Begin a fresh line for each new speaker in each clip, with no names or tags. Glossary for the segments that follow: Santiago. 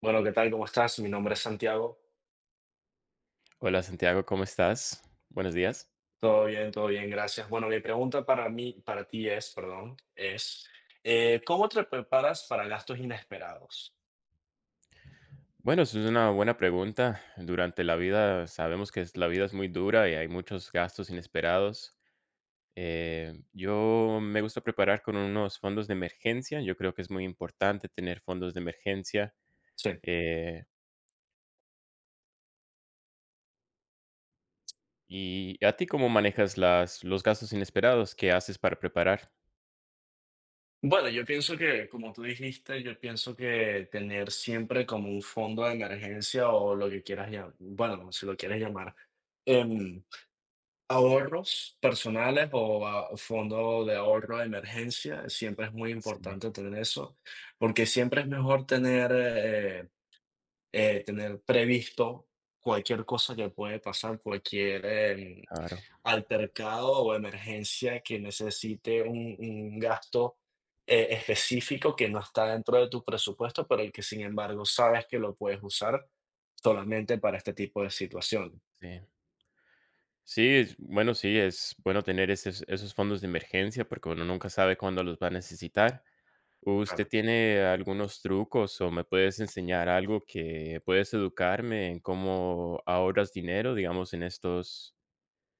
Bueno, ¿qué tal? ¿Cómo estás? Mi nombre es Santiago.
Hola Santiago, ¿cómo estás? Buenos días.
Todo bien, gracias. Bueno, mi pregunta para mí, para ti es, perdón, es, ¿cómo te preparas para gastos inesperados?
Bueno, eso es una buena pregunta. Durante la vida sabemos que la vida es muy dura y hay muchos gastos inesperados. Yo me gusta preparar con unos fondos de emergencia. Yo creo que es muy importante tener fondos de emergencia.
Sí.
Eh, ¿Y a ti cómo manejas los gastos inesperados? ¿Qué haces para preparar?
Bueno, yo pienso que, como tú dijiste, yo pienso que tener siempre como un fondo de emergencia o lo que quieras llamar, bueno, si lo quieres llamar, em, ahorros personales o fondo de ahorro de emergencia, siempre es muy
Sí,
importante tener eso, porque siempre es mejor tener previsto cualquier cosa que puede pasar, cualquier
claro,
altercado o emergencia que necesite un gasto específico que no está dentro de tu presupuesto, pero el que sin embargo sabes que lo puedes usar solamente para este tipo de situaciones.
sí. Sí, bueno, sí, es bueno tener esos fondos de emergencia porque uno nunca sabe cuándo los va a necesitar. ¿Usted
Claro.
tiene algunos trucos o me puedes enseñar algo que puedes educarme en cómo ahorras dinero, digamos, en estos,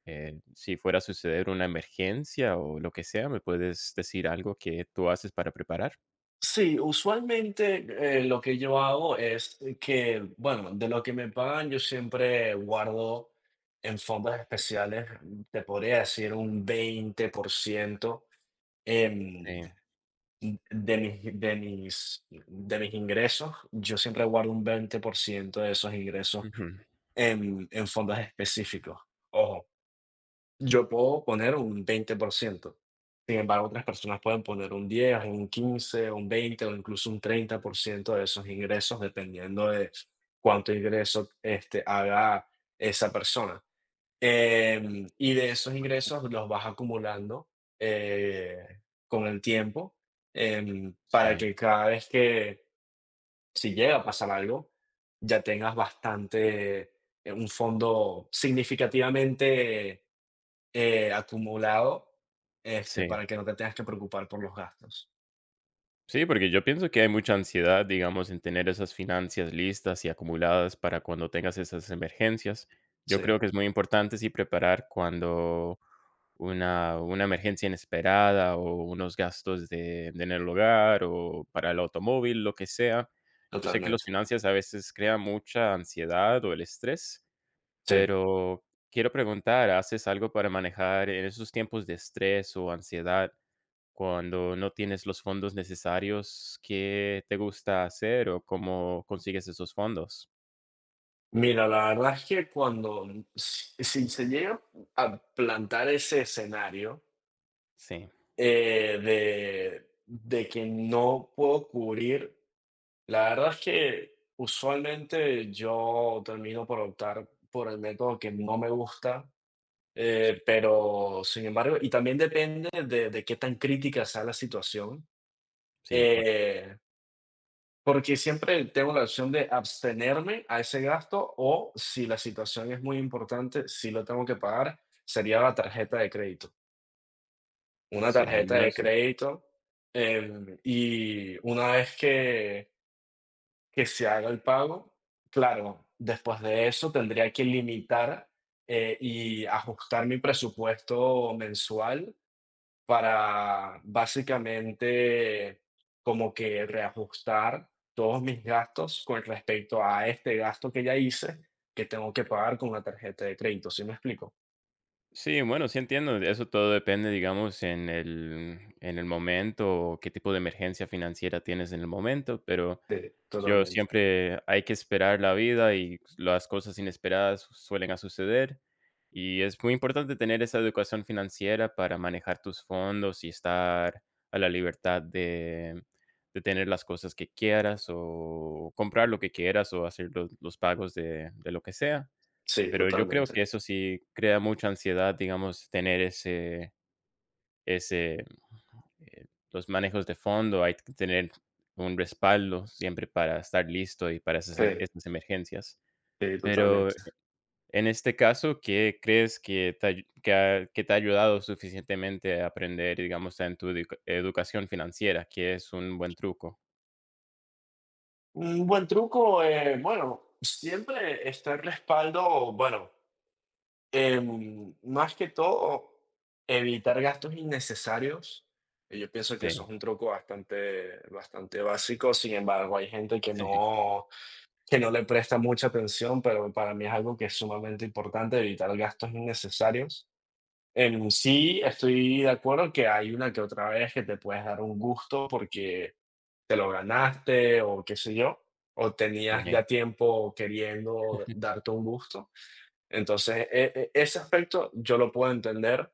si fuera a suceder una emergencia o lo que sea, me puedes decir algo que tú haces para preparar?
Sí, usualmente lo que yo hago es que, bueno, de lo que me pagan yo siempre guardo en fondos especiales, te podría decir un 20% em,
Sí,
de mis ingresos. Yo siempre guardo un 20% de esos ingresos
ujú,
en fondos específicos. Ojo, yo puedo poner un 20%. Sin embargo, otras personas pueden poner un 10, un 15, un 20 o incluso un 30% de esos ingresos, dependiendo de cuánto ingreso, haga esa persona. Y de
sí,
esos
por
ingresos
supuesto,
los vas acumulando, eh, con el tiempo, para
sí,
que cada vez que, si llega a pasar algo, ya tengas bastante, un fondo significativamente acumulado,
sí.
para que no te tengas que preocupar por los gastos.
Sí, porque yo pienso que hay mucha ansiedad, digamos, en tener esas finanzas listas y acumuladas para cuando tengas esas emergencias. Yo
Sí,
creo que es muy importante, sí, preparar cuando una emergencia inesperada o unos gastos de en el hogar o para el automóvil, lo que sea. Yo sé que las
totalmente.
finanzas a veces crean mucha ansiedad o el estrés,
Sí.
pero quiero preguntar, ¿haces algo para manejar en esos tiempos de estrés o ansiedad? Cuando no tienes los fondos necesarios, ¿qué te gusta hacer o cómo consigues esos fondos?
Mira, la verdad es que cuando si se llega a plantar ese escenario,
Sí,
de que no puedo cubrir, la verdad es que usualmente yo termino por optar por el método que no me gusta,
sí,
pero sin embargo y también depende de qué tan crítica sea la situación,
sí, por
eh porque siempre tengo la opción de abstenerme a ese gasto o si la situación es muy importante, si lo tengo que pagar, sería la tarjeta de crédito. Una
sí,
tarjeta
bueno,
de
sí.
crédito, y una vez que, se haga el pago, claro, después de eso tendría que limitar y ajustar mi presupuesto mensual para básicamente como que reajustar todos mis gastos con respecto a este gasto que ya hice, que tengo que pagar con una tarjeta de crédito, ¿sí me explico?
Sí, bueno, sí entiendo, eso todo depende, digamos, en el momento, o qué tipo de emergencia financiera tienes en el momento, pero
Sí,
yo
totalmente.
siempre hay que esperar la vida y las cosas inesperadas suelen a suceder, y es muy importante tener esa educación financiera para manejar tus fondos y estar a la libertad de tener las cosas que quieras, o comprar lo que quieras, o hacer los pagos de lo que sea.
Sí,
Pero yo creo
totalmente.
que eso sí crea mucha ansiedad, digamos, tener ese ese eh, los manejos de fondo, hay que tener un respaldo siempre para estar listo y para
Sí,
esas emergencias.
sí,
Pero
totalmente.
en este caso, ¿qué crees que te, ayu- que, ha, que te ha ayudado suficientemente a aprender, digamos, en tu educación financiera, que es un buen truco?
Un buen truco, bueno, siempre está el respaldo, bueno. Más que todo, evitar gastos innecesarios. Yo pienso que eso es
Sí,
un truco bastante, bastante básico. Sin embargo, hay gente
sí,
que no le presta mucha atención, pero para mí es algo que es sumamente importante, evitar gastos innecesarios. En sí, estoy de acuerdo que hay una que otra vez que te puedes dar un gusto porque te lo ganaste o qué sé yo, o tenías ya
sí,
tiempo queriendo darte un gusto, entonces, ese aspecto yo lo puedo entender,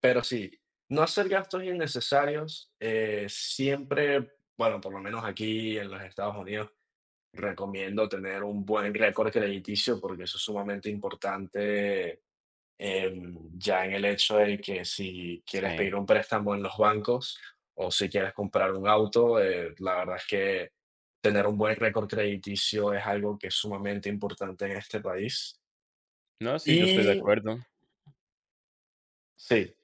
pero sí, no hacer gastos innecesarios, siempre, bueno, por lo menos aquí en los Estados Unidos, recomiendo tener un buen récord crediticio, porque eso es sumamente importante, ya en el hecho de que si quieres
sí.
pedir un préstamo en los bancos o si quieres comprar un auto, la verdad es que tener un buen récord crediticio es algo que es sumamente importante en este país.
No, sí, yo estoy de
Y
acuerdo.
sí.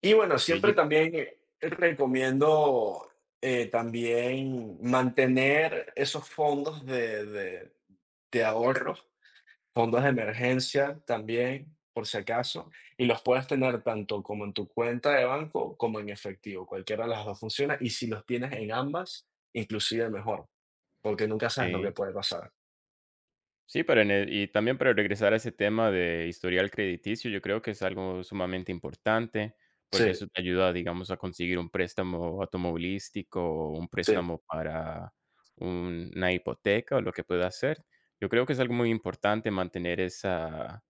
Y bueno,
Sí,
siempre también recomiendo también mantener esos fondos de ahorros, fondos de emergencia también, por si acaso, y los puedes tener tanto como en tu cuenta de banco como en efectivo, cualquiera de las dos funciona, y si los tienes en ambas, inclusive mejor, porque nunca sabes lo que
sí.
puede pasar.
Sí, pero en el y también para regresar a ese tema de historial crediticio, yo creo que es algo sumamente importante, porque
Sí,
eso te ayuda, digamos, a conseguir un préstamo automovilístico o un
sí,
préstamo para una hipoteca o lo que pueda ser. Yo creo que es algo muy importante mantener esa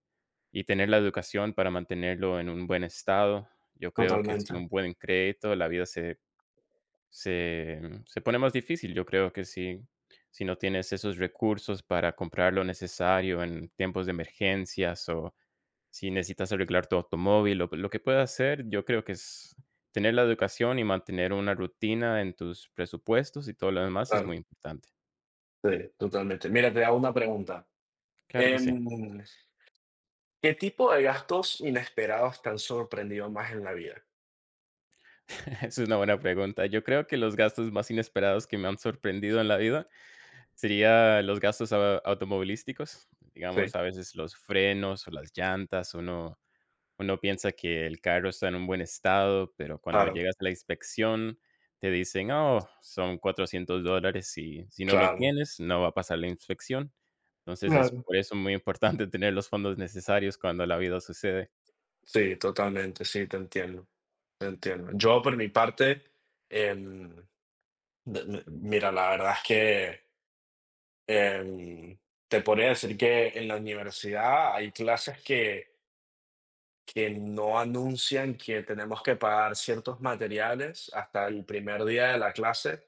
y tener la educación para mantenerlo en un buen estado. Yo creo que sin
totalmente.
un buen crédito la vida se pone más difícil, yo creo que sí, si no tienes esos recursos para comprar lo necesario en tiempos de emergencias, o si necesitas arreglar tu automóvil, lo que puedas hacer, yo creo que es tener la educación y mantener una rutina en tus presupuestos y todo lo demás es
Claro,
muy importante.
sí, totalmente. Mira, te hago una pregunta.
Claro que sí.
Em, ¿Qué tipo de gastos inesperados te han sorprendido más en la vida?
Es una buena pregunta. Yo creo que los gastos más inesperados que me han sorprendido en la vida sería los gastos a automovilísticos,
Sí,
digamos, a veces los frenos o las llantas, uno uno piensa que el carro está en un buen estado, pero cuando
claro,
llegas a la inspección te dicen: "Oh, son $400 y si no lo
claro.
tienes, no va a pasar la inspección". Entonces, es
Claro,
por eso muy importante tener los fondos necesarios cuando la vida sucede.
sí, totalmente, sí, te entiendo, te entiendo. Yo por mi parte, em, mira, la verdad es que em, te podría decir que en la universidad hay clases que no anuncian que tenemos que pagar ciertos materiales hasta el primer día de la clase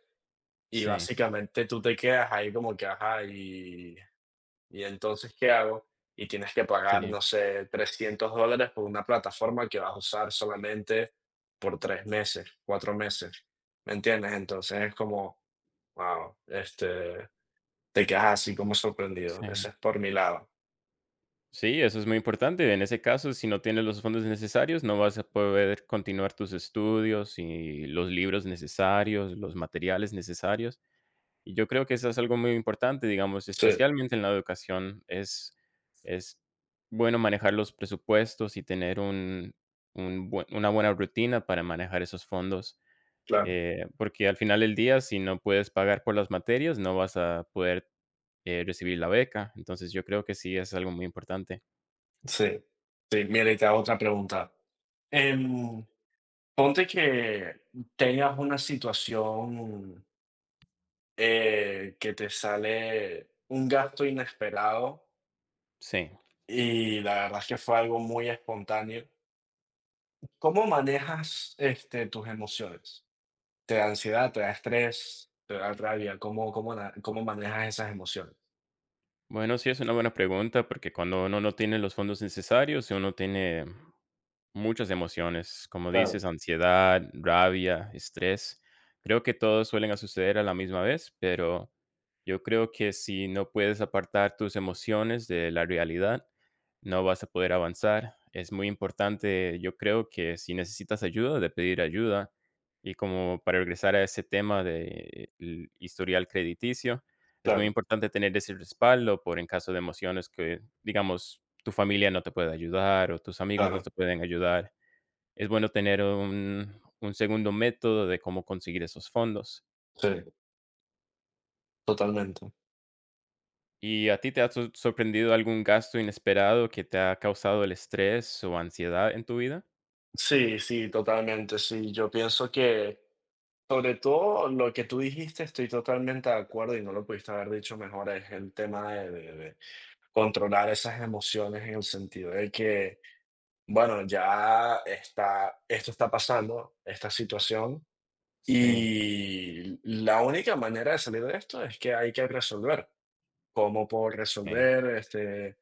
y
Sí,
básicamente tú te quedas ahí como que, ajá, y entonces, ¿qué hago? Y tienes que pagar,
sí,
no sé, $300 por una plataforma que vas a usar solamente por 3 meses, 4 meses, ¿me entiendes? Entonces es como, wow, este, te quedas así como sorprendido. Ese
sí.
es por mi lado.
Sí, eso es muy importante. En ese caso, si no tienes los fondos necesarios, no vas a poder continuar tus estudios y los libros necesarios, los materiales necesarios. Y yo creo que eso es algo muy importante, digamos,
Sí,
especialmente en la educación, es bueno manejar los presupuestos y tener un bue una buena rutina para manejar esos fondos,
claro.
porque al final del día, si no puedes pagar por las materias, no vas a poder, recibir la beca. Entonces, yo creo que sí es algo muy importante.
Sí, sí. Mira, y te hago otra pregunta. Em, ponte que tengas una situación que te sale un gasto inesperado.
Sí.
Y la verdad es que fue algo muy espontáneo. ¿Cómo manejas, este, tus emociones? ¿Te da ansiedad, te da estrés, te da rabia? ¿Cómo, cómo, cómo manejas esas emociones?
Bueno, sí es una buena pregunta, porque cuando uno no tiene los fondos necesarios, si uno tiene muchas emociones, como
Claro,
dices, ansiedad, rabia, estrés. Creo que todos suelen a suceder a la misma vez, pero yo creo que si no puedes apartar tus emociones de la realidad, no vas a poder avanzar. Es muy importante, yo creo que si necesitas ayuda, de pedir ayuda. Y como para regresar a ese tema del historial crediticio, es muy
claro,
importante tener ese respaldo por en caso de emociones que, digamos, tu familia no te puede ayudar o tus amigos no
claro.
te pueden ayudar. Es bueno tener un segundo método de cómo conseguir esos fondos.
Sí, totalmente.
¿Y a ti te ha sorprendido algún gasto inesperado que te ha causado el estrés o ansiedad en tu vida?
Sí, sí, totalmente. Sí, yo pienso que sobre todo lo que tú dijiste, estoy totalmente de acuerdo y no lo pudiste haber dicho mejor, es el tema de controlar esas emociones en el sentido de que, bueno, ya está, esto está pasando, esta situación,
Sí,
y la única manera de salir de esto es que hay que resolver. ¿Cómo puedo
sí,
resolver?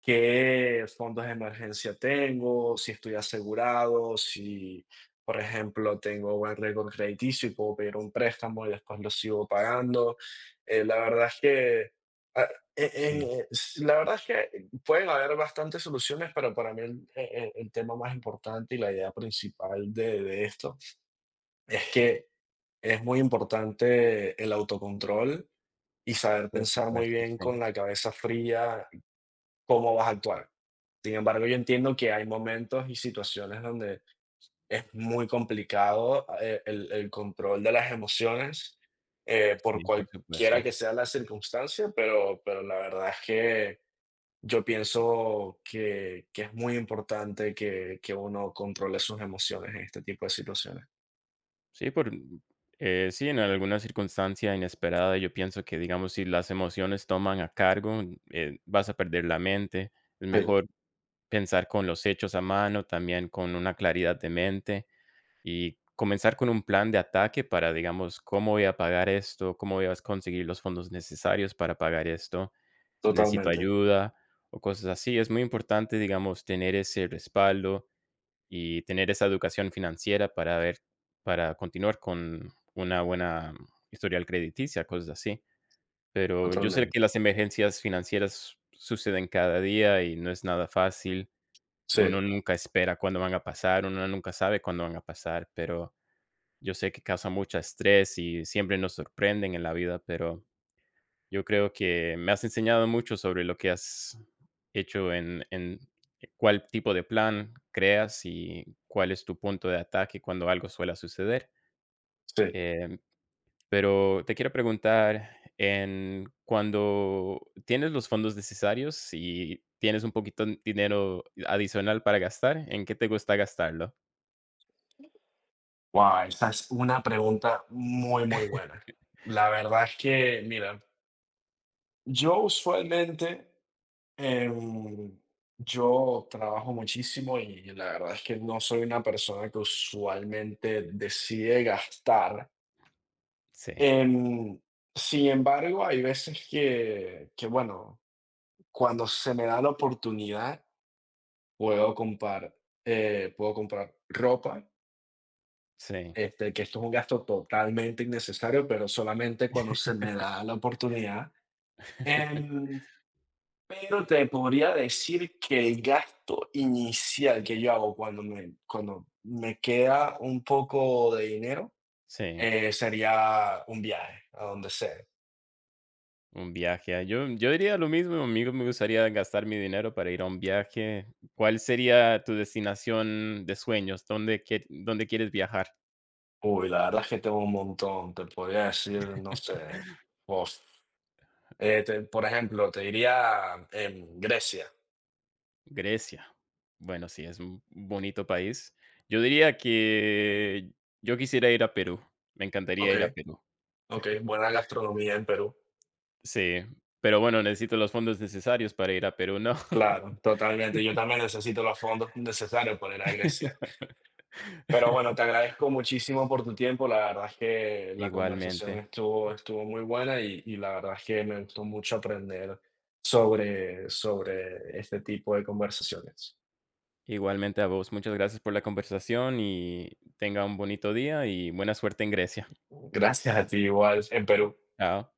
¿qué fondos de emergencia tengo, si estoy asegurado, si, por ejemplo, tengo buen récord crediticio y puedo pedir un préstamo y después lo sigo pagando? La verdad es que, ah, e-
sí,
en, La verdad es que pueden haber bastantes soluciones, pero para mí el tema más importante y la idea principal de esto es que es muy importante el autocontrol y saber
por
pensar muy
supuesto,
bien
sí,
con la cabeza fría cómo vas a actuar. Sin embargo, yo entiendo que hay momentos y situaciones donde es muy complicado, el control de las emociones, por
sí, por
cualquiera
supuesto.
que sea la circunstancia, pero la verdad es que yo pienso que es muy importante que uno controle sus emociones en este tipo de situaciones.
Sí, sí, en alguna circunstancia inesperada, yo pienso que, digamos, si las emociones toman a cargo, vas a perder la mente. Es
Sí,
mejor pensar con los hechos a mano, también con una claridad de mente y comenzar con un plan de ataque para, digamos, cómo voy a pagar esto, cómo voy a conseguir los fondos necesarios para pagar esto, necesito
totalmente,
ayuda o cosas así. Es muy importante, digamos, tener ese respaldo y tener esa educación financiera para ver, para continuar con una buena historial crediticia, cosas así. Pero yo sé
totalmente.
que las emergencias financieras suceden cada día y no es nada fácil.
Sí,
Uno nunca espera cuándo van a pasar, uno nunca sabe cuándo van a pasar, pero yo sé que causa mucho estrés y siempre nos sorprenden en la vida, pero yo creo que me has enseñado mucho sobre lo que has hecho en cuál tipo de plan creas y cuál es tu punto de ataque cuando algo suele suceder.
sí.
Em, pero te quiero preguntar, en cuando tienes los fondos necesarios y tienes un poquito de dinero adicional para gastar, ¿en qué te gusta gastarlo?
Guau, esa es una pregunta muy, muy buena. La verdad es que, mira. Yo usualmente, em, yo trabajo muchísimo y la verdad es que no soy una persona que usualmente decide gastar.
Sí,
Em, sin embargo, hay veces que, bueno, cuando se me da la oportunidad, puedo comprar, puedo comprar ropa,
sí,
este, que esto es un gasto totalmente innecesario, pero solamente cuando se me da la oportunidad. Em, Pero te podría decir que el gasto inicial que yo hago cuando me queda un poco de dinero
sí.
sería un viaje a donde sea.
Un viaje, ah, yo diría lo mismo, a me gustaría gastar mi dinero para ir a un viaje. ¿Cuál sería tu destinación de sueños? Dónde quieres viajar?
Uy, la verdad es que tengo un montón. Te podría decir, no sé, vos. Por ejemplo, te diría en Grecia.
Grecia. Bueno, sí, es un bonito país. Yo diría que yo quisiera ir a Perú, me encantaría
Ok,
ir a Perú.
ok, buena gastronomía en Perú.
Sí, pero bueno, necesito los fondos necesarios para ir a Perú, ¿no?
Claro, totalmente. Yo también necesito los fondos necesarios para ir a Grecia. Pero bueno, te agradezco muchísimo por tu tiempo. La verdad es que la
Igualmente,
conversación estuvo, estuvo muy buena y la verdad es que me gustó mucho aprender sobre, sobre este tipo de conversaciones.
igualmente a vos. Muchas gracias por la conversación y tenga un bonito día y buena suerte en Grecia.
Gracias a ti, igual en Perú.
Chao.